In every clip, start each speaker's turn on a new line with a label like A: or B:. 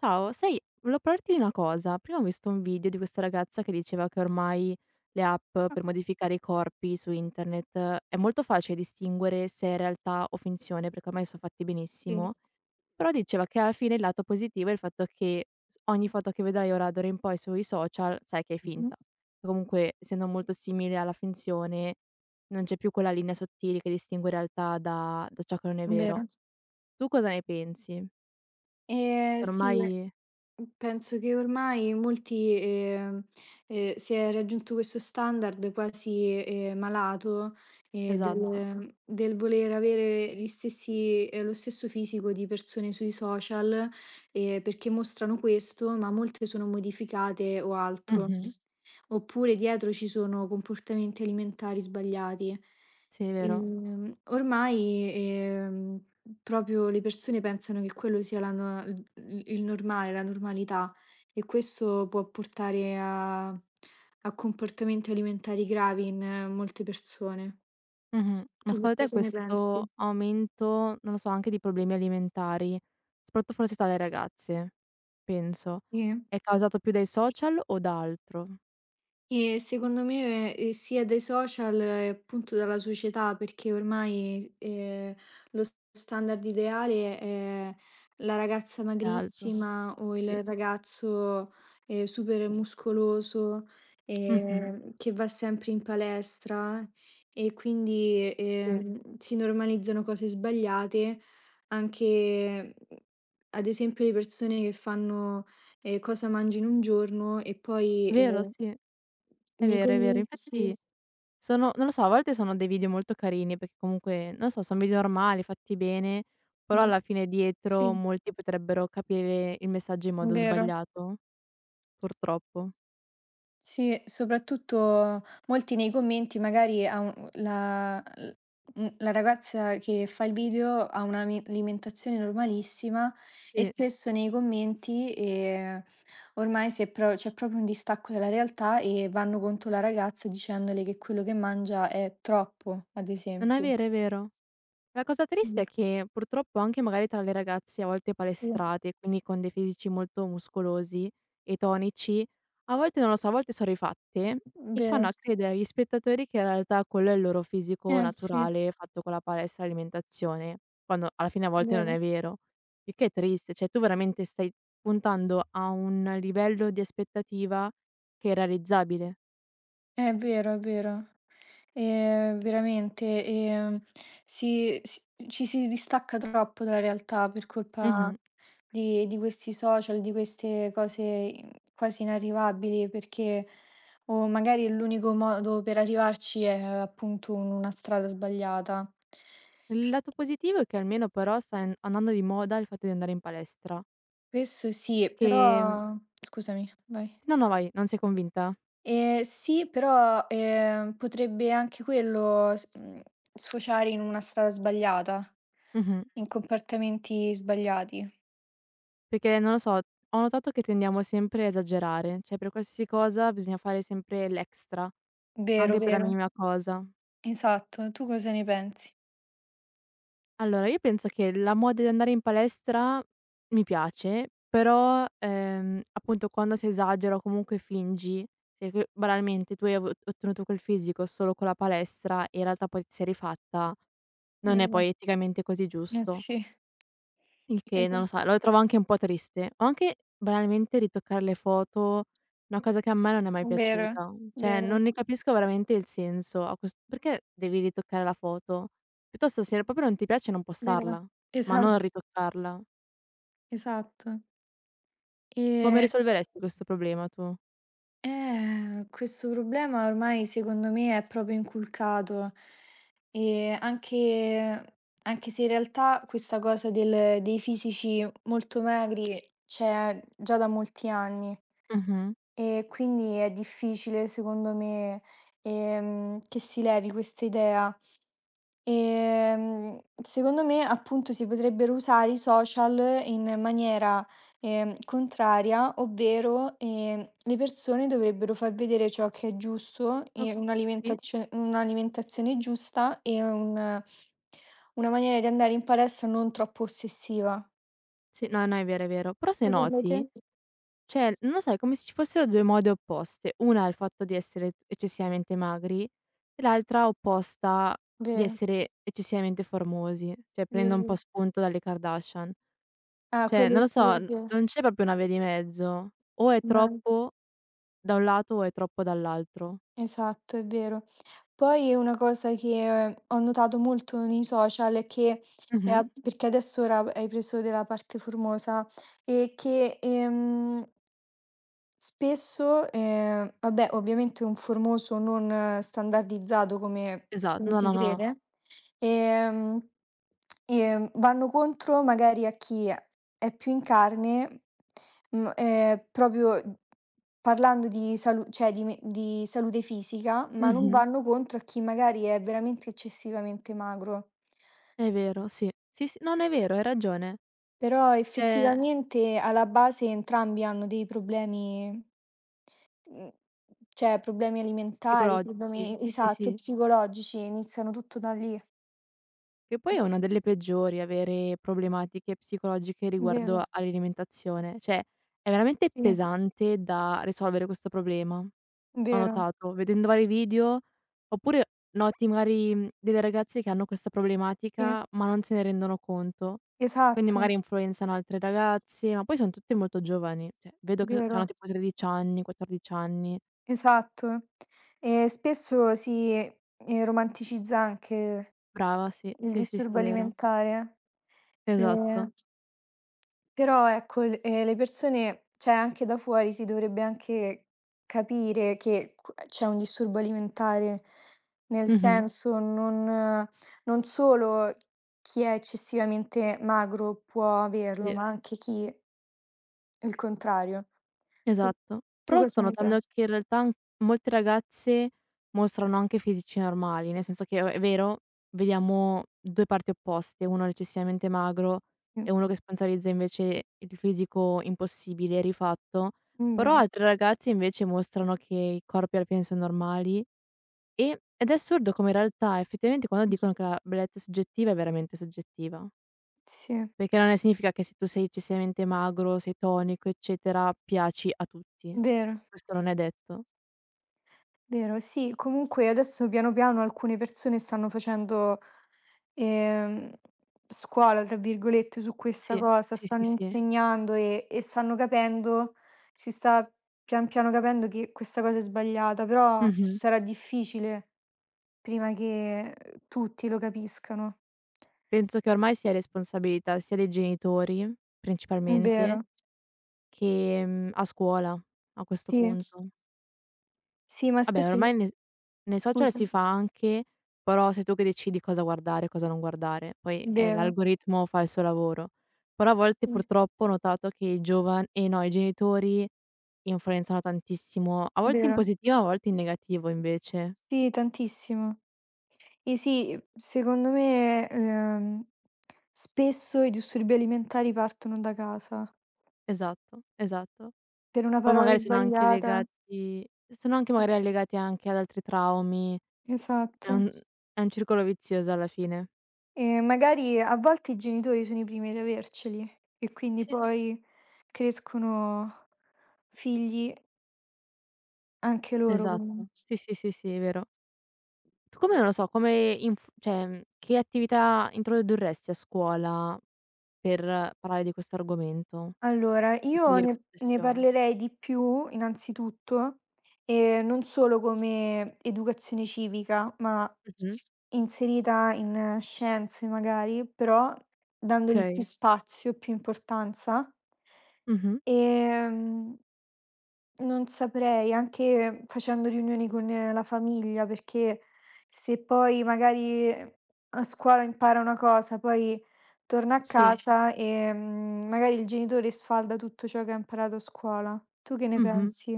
A: Ciao, sai, volevo parlarti di una cosa. Prima ho visto un video di questa ragazza che diceva che ormai le app per modificare i corpi su internet è molto facile distinguere se è realtà o finzione, perché ormai sono fatti
B: Sì,
A: benissimo. Però diceva che alla fine il lato positivo è il fatto che ogni foto che vedrai ora d'ora in poi sui social sai che è
B: mh-mh,
A: finta. Comunque, essendo molto simile alla finzione, non c'è più quella linea sottile che distingue realtà da ciò che non è vero.
B: vero.
A: Tu cosa ne pensi?
B: Sì,
A: Ormai,
B: penso che ormai molti, si è raggiunto questo standard quasi, malato,
A: esatto.
B: del voler avere gli stessi lo stesso fisico di persone sui social, perché mostrano questo, ma molte sono modificate o altro.
A: Mh-mh.
B: Oppure dietro ci sono comportamenti alimentari sbagliati.
A: Sì, è vero.
B: Ormai, proprio le persone pensano che quello sia la no il il normale, la normalità e questo può portare a comportamenti alimentari gravi in molte persone.
A: Mh-mh. Ma
B: Tu
A: secondo te
B: cosa ne pensi?
A: questo aumento, non lo so, anche di problemi alimentari, soprattutto forse tra le ragazze, penso,
B: Sì?
A: è causato più dai social o da altro?
B: E secondo me, sia dai social e appunto dalla società, perché ormai, lo standard ideale è la ragazza
A: Da altro,
B: magrissima o
A: sì.
B: il ragazzo, super muscoloso,
A: Mh-mh.
B: che va sempre in palestra e quindi,
A: Sì.
B: si normalizzano cose sbagliate, anche, ad esempio le persone che fanno e cosa mangi in un giorno e poi,
A: Vero, sì. È
B: nei
A: vero, è vero.
B: commenti sì,
A: Infatti sono non lo so, a volte sono dei video molto carini perché comunque, non lo so, son video normali, fatti bene, però
B: sì,
A: alla fine dietro
B: sì,
A: molti potrebbero capire il messaggio in modo
B: vero.
A: sbagliato, purtroppo.
B: Sì, soprattutto molti nei commenti magari ha un la l mhmm, la ragazza che fa il video ha una ami alimentazione normalissima e
A: Sì.
B: spesso nei commenti, ormai si è pro c'è proprio un distacco dalla realtà e vanno contro la ragazza dicendole che quello che mangia è troppo, ad
A: Non è
B: esempio.
A: vero, è vero. La cosa
B: Mh,
A: triste è che purtroppo anche magari tra le ragazze a volte
B: sì.
A: palestrate, quindi con dei fisici molto muscolosi e tonici, a volte non lo so, a volte son rifatte e
B: Vero.
A: fanno a credere agli spettatori che in realtà quello è il loro fisico
B: Eh sì,
A: naturale fatto con la palestra e l'alimentazione, quando alla fine a volte non
B: vero.
A: è vero. Il che è triste, cioè tu veramente stai puntando a un livello di aspettativa che è irrealizzabile.
B: È vero, è vero. Veramente, si si ci si distacca troppo dalla realtà per colpa
A: Mh-mh.
B: di questi social, di queste cose, quasi inarrivabili, perché o magari l'unico modo per arrivarci è appunto un una strada sbagliata.
A: Il lato positivo è che almeno però sta an andando di moda il fatto di andare in palestra,
B: Questo sì,
A: che
B: però scusami, vai.
A: no, no vai, non sei convinta?
B: Sì, però, potrebbe anche quello sfociare in una strada sbagliata,
A: Mh-mh.
B: in comportamenti sbagliati.
A: Perché non lo so, ho notato che tendiamo sempre a esagerare, cioè per qualsiasi cosa bisogna fare sempre l'extra,
B: Vero,
A: anche per la
B: vero.
A: minima cosa.
B: Esatto. Tu cosa ne pensi?
A: Allora io penso che la moda di andare in palestra mi piace, però, appunto quando si esagera o comunque fingi, cioè che banalmente tu hai avu ottenuto quel fisico solo con la palestra e in realtà poi ti sei rifatta. Non è
B: Vero.
A: poi eticamente così
B: Eh
A: giusto,
B: sì,
A: il che non
B: esa
A: lo so, lo trovo anche un po' triste. O anche banalmente ritoccare le foto, una cosa che a me non è mai
B: vero,
A: piaciuta. Cioè,
B: vero.
A: non ne capisco veramente il senso a ques perché devi ritoccare la foto? Piuttosto se proprio non ti piace non
B: Vero.
A: postarla, ma non
B: Esatto,
A: ritoccarla.
B: esatto.
A: Come
B: E
A: risolveresti questo problema tu?
B: Questo problema ormai secondo me è proprio inculcato e anche, anche se in realtà questa cosa dei fisici molto magri c'è già da molti anni
A: Mh-mh.
B: e quindi è difficile secondo me che si levi questa idea. E, secondo me appunto si potrebbero usare i social in maniera contraria, ovvero, le persone dovrebbero far vedere ciò che è giusto
A: O
B: e
A: sì?
B: un'alimentazione giusta e un una maniera di andare in palestra non troppo ossessiva.
A: Sì, no, no, è vero, è vero. Però se
B: Secondo
A: noti,
B: te?
A: cioè, non lo so, è come se ci fossero 2 mode opposte. Una è il fatto di essere eccessivamente magri e l'altra opposta di
B: Vero.
A: essere eccessivamente formosi, cioè
B: Sì, è
A: prende un
B: vero.
A: po' spunto dalle Kardashian.
B: Ah,
A: Cioè,
B: quello
A: non lo
B: sì,
A: so,
B: è
A: n
B: vero.
A: non c'è proprio una via di mezzo. O è
B: No.
A: troppo da un lato o è troppo dall'altro.
B: Esatto, è vero. Poi una cosa che ho notato molto nei social è che e
A: Mh-mh.
B: a perché adesso ora hai preso della parte formosa, è che, spesso, vabbè ovviamente un formoso non standardizzato come
A: Esa no,
B: si
A: no, no.
B: crede. Ehm, Vanno contro magari a chi è più in carne, proprio parlando di salu cioè di me di salute fisica, ma non
A: Mh-mh.
B: vanno contro a chi magari è veramente eccessivamente magro.
A: È vero, sì. Sì, sì, non è vero, hai ragione.
B: Però
A: Ehm,
B: effettivamente alla base entrambi hanno dei problemi, mhmm, cioè problemi alimentari,
A: psicologici,
B: problemi
A: sì, sì,
B: esatto,
A: sì.
B: psicologici, iniziano tutto da lì.
A: Che poi è una delle peggiori avere problematiche psicologiche
B: Vero,
A: riguardo all'alimentazione. Cioè, è veramente
B: sì,
A: pesante da risolvere questo problema. Ho
B: vero,
A: notato, vedendo vari video, oppure noti magari, delle ragazze che hanno questa
B: sì.
A: problematica, ma non se ne rendono conto. Quindi
B: Esatto,
A: magari influenzano altre ragazze, ma poi son tutte molto giovani, cioè vedo che c'hanno
B: vero,
A: tipo 13 anni, 14 anni.
B: esatto. E spesso si, romanticizza anche
A: Brava, sì.
B: il
A: Sì, sì, sì,
B: disturbo
A: è vero.
B: alimentare.
A: Esatto.
B: Ehm Però ecco, l le persone cioè anche da fuori si dovrebbe anche capire che q c'è un disturbo alimentare, nel
A: Mh-mh.
B: senso non solo chi è eccessivamente magro può averlo,
A: Sì.
B: ma anche chi il contrario. Tu
A: Esatto.
B: tu
A: Però sto
B: cosa ne
A: notando
B: pensi?
A: che in realtà an molte ragazze mostrano anche fisici normali, nel senso che o è vero, vediamo 2 parti opposte, uno eccessivamente magro
B: Sì,
A: e uno che sponsorizza invece il fisico impossibile, rifatto, però
B: vero,
A: altre ragazze invece mostrano che i corpi alla fine son normali ed è assurdo come in realtà effettivamente quando
B: sì,
A: dicono che la bellezza è soggettiva, è veramente soggettiva.
B: sì,
A: Perché non è significa che se tu sei eccessivamente magro, sei tonico, eccetera, piaci a tutti.
B: vero,
A: Questo non è detto.
B: vero. Sì, comunque adesso piano piano alcune persone stanno facendo ehm, "scuola" tra virgolette su questa
A: Sì,
B: cosa,
A: sì, sì,
B: stanno
A: sì.
B: insegnando e stanno capendo, si sta pian piano capendo che questa cosa è sbagliata, però
A: Mh-mh.
B: sarà difficile prima che, tutti lo capiscano.
A: Penso che ormai sia responsabilità sia dei genitori,
B: È vero,
A: principalmente, che, a scuola, a questo
B: sì,
A: punto.
B: sì, ma
A: Vabbè,
B: spesso,
A: ormai ne s nei social
B: scusa,
A: si fa anche, però sei tu che decidi cosa guardare e cosa non guardare, poi,
B: vero,
A: l'algoritmo fa il suo lavoro. Però a volte
B: sì,
A: purtroppo ho notato che i giovan no, i genitori influenzano tantissimo, a volte in
B: vero.
A: positivo, a volte in negativo invece.
B: Sì, tantissimo. E sì, secondo me, spesso i disturbi alimentari partono da casa,
A: Esatto, esatto.
B: per una
A: Poi
B: parola
A: magari
B: sbagliata.
A: sono anche magari legati anche ad altri traumi, è
B: Esatto.
A: un è un circolo vizioso alla fine.
B: E magari a volte i genitori sono i primi ad averceli e quindi
A: Sì,
B: poi crescono figli anche loro
A: esatto.
B: con.
A: Sì, sì, sì, sì, è vero. Tu come non lo so, come inf cioè, che attività introdurresti a scuola per parlare di questo argomento?
B: Allora,
A: Per
B: io
A: togliere
B: ne
A: questa
B: ne
A: pressione.
B: parlerei di più innanzitutto, non solo come educazione civica, ma
A: Mh-mh.
B: inserita in scienze magari, però dandogli più
A: Okay.
B: spazio, più importanza.
A: Mh-mh.
B: Ehm, non saprei, anche facendo riunioni con la famiglia, perché se poi magari a scuola impara una cosa, poi torna a
A: Sì.
B: casa e, magari il genitore sfalda tutto ciò che ha imparato a scuola. Tu che ne
A: Mh-mh.
B: pensi?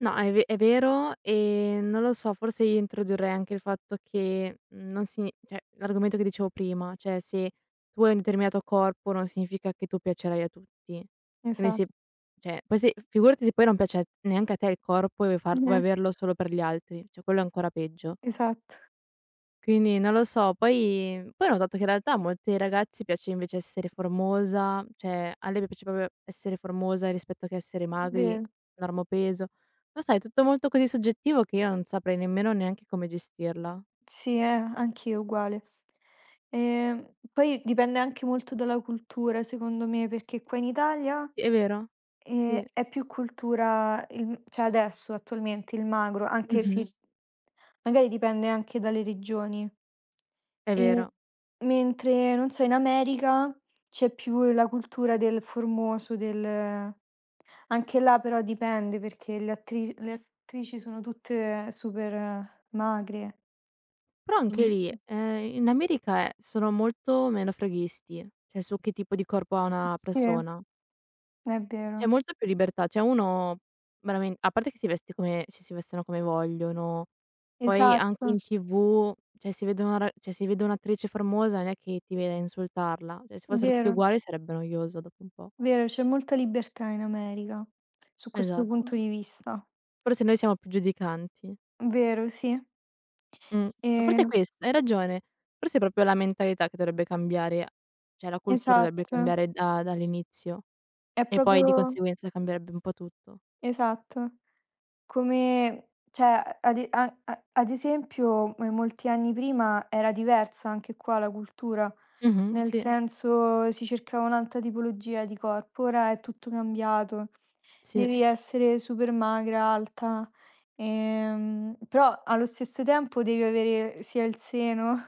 A: No, è ve è vero, non lo so, forse io introdurrei anche il fatto che, non signi cioè l'argomento che dicevo prima, cioè se tu hai un determinato corpo non significa che tu piacerai a tutti. Quindi
B: Esa
A: se cioè poi se figurati se poi non piace neanche a te il corpo e vuoi far vuoi
B: mh-mh,
A: averlo solo per gli altri, cioè quello è ancora peggio.
B: esatto,
A: Quindi non lo so, poi ho notato che in realtà a molti ragazzi piace invece essere formosa, cioè a lei piace proprio essere formosa rispetto che essere magri,
B: vero.
A: normopeso. Lo sai, è tutto molto così soggettivo che io non saprei nemmeno neanche come gestirla.
B: Sì, anch'io uguale. Poi dipende anche molto dalla cultura secondo me, perché qua in Italia
A: Sì, è vero, sì.
B: È più cultura il cioè adesso, attualmente, il magro, anche se
A: Mh-mh.
B: magari dipende anche dalle regioni.
A: È
B: Ehm,
A: vero.
B: mentre, non so, in America c'è più la cultura del formoso, del anche là però dipende perché le attrici sono tutte super magre.
A: Però
B: Quin
A: anche lì, in America, sono molto meno freghisti, cioè su che tipo di corpo ha una
B: sì,
A: persona.
B: è vero.
A: C'è molta più libertà, cioè uno veramen a parte che si veste come cioè si vestono come vogliono, poi
B: Esatto,
A: anche in TV, cioè si vede una ra cioè si vede un'attrice famosa non è che ti viene a insultarla, cioè se
B: è
A: fossero tutti
B: vero.
A: uguali sarebbe noioso dopo un po'.
B: Vero, c'è molta libertà in America, su questo punto
A: Esatto.
B: di vista.
A: Forse noi siamo più giudicanti.
B: Vero, sì.
A: Mh, forse è
B: Ehm,
A: questo, hai ragione. Forse è proprio la mentalità che dovrebbe cambiare, cioè la cultura dovrebbe
B: esatto,
A: cambiare da dall'inizio
B: è
A: e poi di
B: proprio
A: conseguenza cambierebbe un po' tutto.
B: esatto. Come cioè ad e a a ad esempio, molti anni prima era diversa anche qua la cultura,
A: Mh-mh,
B: nel
A: sì,
B: senso si cercava un'altra tipologia di corpo, ora è tutto cambiato.
A: sì,
B: Devi essere super magra, alta. Però allo stesso tempo devi avere sia il seno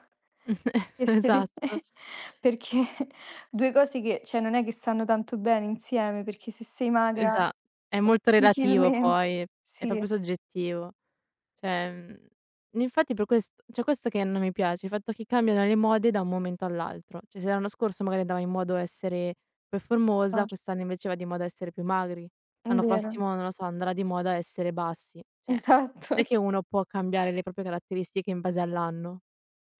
B: che sedere
A: esatto.
B: perché 2 cose che cioè non è che stanno tanto bene insieme, perché se sei magra
A: Esa è molto relativo
B: difficilmen
A: poi, è
B: sì,
A: proprio soggettivo. Cioè, infatti per quest cioè questo che non mi piace, il fatto che cambiano le mode da un momento all'altro. Cioè se l'anno scorso magari andava in moda essere
B: ah,
A: performosa, quest'anno invece va di moda essere più magri.
B: è
A: L'anno
B: vero,
A: prossimo, non lo so, andrà di moda essere bassi. Cioè,
B: esatto,
A: non è che uno può cambiare le proprie caratteristiche in base all'anno.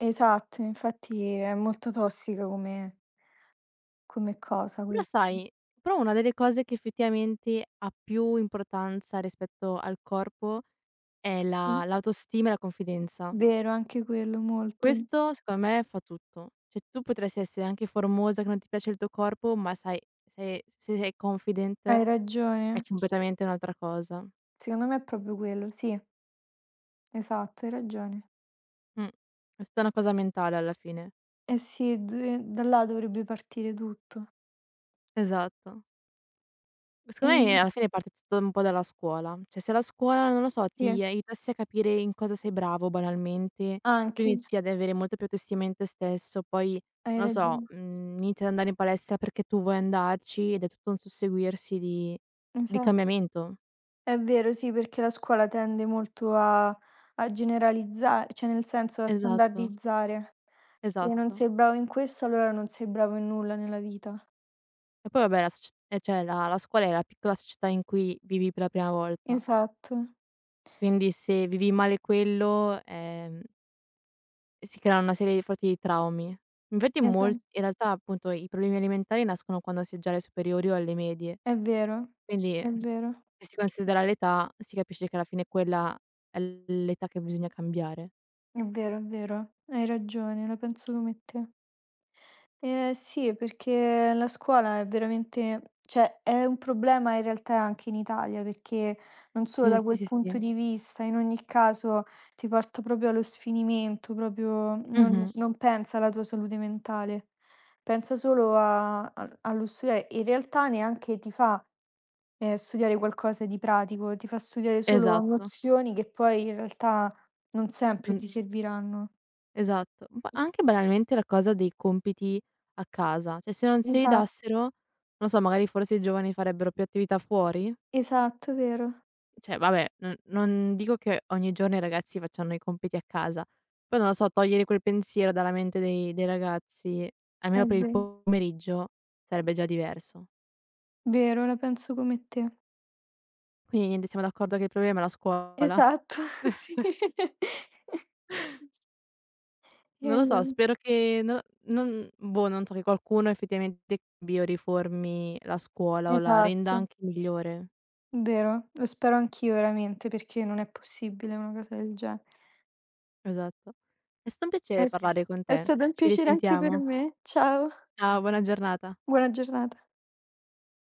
B: esatto, infatti è molto tossica come cosa
A: Però
B: questo.
A: sai, però una delle cose che effettivamente ha più importanza rispetto al corpo è
B: Sì,
A: la l'autostima e la confidenza.
B: vero anche quello molto.
A: Questo secondo me fa tutto. Cioè tu potresti essere anche formosa, che non ti piace il tuo corpo, ma sai se sei confident
B: Hai ragione.
A: è completamente un'altra cosa.
B: Secondo me è proprio quello, sì, esatto, hai ragione.
A: Mh. È tutta una cosa mentale alla fine.
B: Eh sì, d da là dovrebbe partire tutto.
A: Esatto. Secondo
B: Ehm,
A: me alla fine parte tutto un po' dalla scuola. Cioè se la scuola, non lo so,
B: sì,
A: ti aiutasse a capire in cosa sei bravo banalmente, tu
B: anche,
A: inizi ad avere molta più autostima in te stesso, poi
B: hai
A: non lo so,
B: ragione.
A: inizi ad andare in palestra perché tu vuoi andarci ed è tutto un susseguirsi di
B: Esatto.
A: cambiamento.
B: È vero, sì, perché la scuola tende molto a a generalizza cioè nel senso a
A: Esatto,
B: standardizzare. Se non
A: esatto.
B: sei bravo in questo, allora non sei bravo in nulla nella vita.
A: E poi vabbè la socie cioè la scuola è la piccola società in cui vivi per la prima volta.
B: Esatto.
A: Quindi se vivi male quello, si creano una serie di forti traumi. Infatti
B: Esa
A: mol in realtà appunto i problemi alimentari nascono quando si è già alle superiori o alle medie,
B: è vero,
A: quindi
B: è vero,
A: se si considera l'età si capisce che alla fine quella è l'età che bisogna cambiare.
B: è vero, è vero. Hai ragione, la penso come te. Sì, perché la scuola è veramente cioè è un problema in realtà anche in Italia, perché non solo
A: Sì,
B: da
A: sì,
B: quel
A: sì,
B: punto
A: sì.
B: di vista, in ogni caso ti porta proprio allo sfinimento, proprio non
A: Mh-mh.
B: non pensa alla tua salute mentale, pensa solo a al allo studiare. In realtà neanche ti fa, studiare qualcosa di pratico, ti fa studiare solo
A: Esatto.
B: nozioni che poi in realtà non sempre
A: Mh,
B: ti serviranno.
A: esatto. Ma anche banalmente la cosa dei compiti a casa, cioè se non se li
B: Esa
A: dassero, non so, magari forse i giovani farebbero più attività fuori?
B: esatto, vero.
A: Cioè vabbè, non dico che ogni giorno i ragazzi facciano i compiti a casa, però non lo so, togliere quel pensiero dalla mente dei ragazzi,
B: È
A: almeno per il
B: ve
A: pomeriggio, sarebbe già diverso.
B: vero, la penso come te.
A: Quindi niente, siamo d'accordo che il problema è la scuola.
B: Esatto, sì. E
A: Non lo so,
B: allora
A: spero che no non non so, che qualcuno effettivamente cambi o riformi la scuola o la renda
B: esatto,
A: anche migliore.
B: vero. Lo spero anch'io veramente, perché non è possibile una cosa del genere.
A: Esatto. È stato un
B: Eh
A: piacere
B: sì.
A: parlare con
B: È
A: te.
B: stato un
A: Ci
B: piacere anche per
A: risentiamo.
B: me. Ciao,
A: Ciao, buona giornata.
B: buona giornata.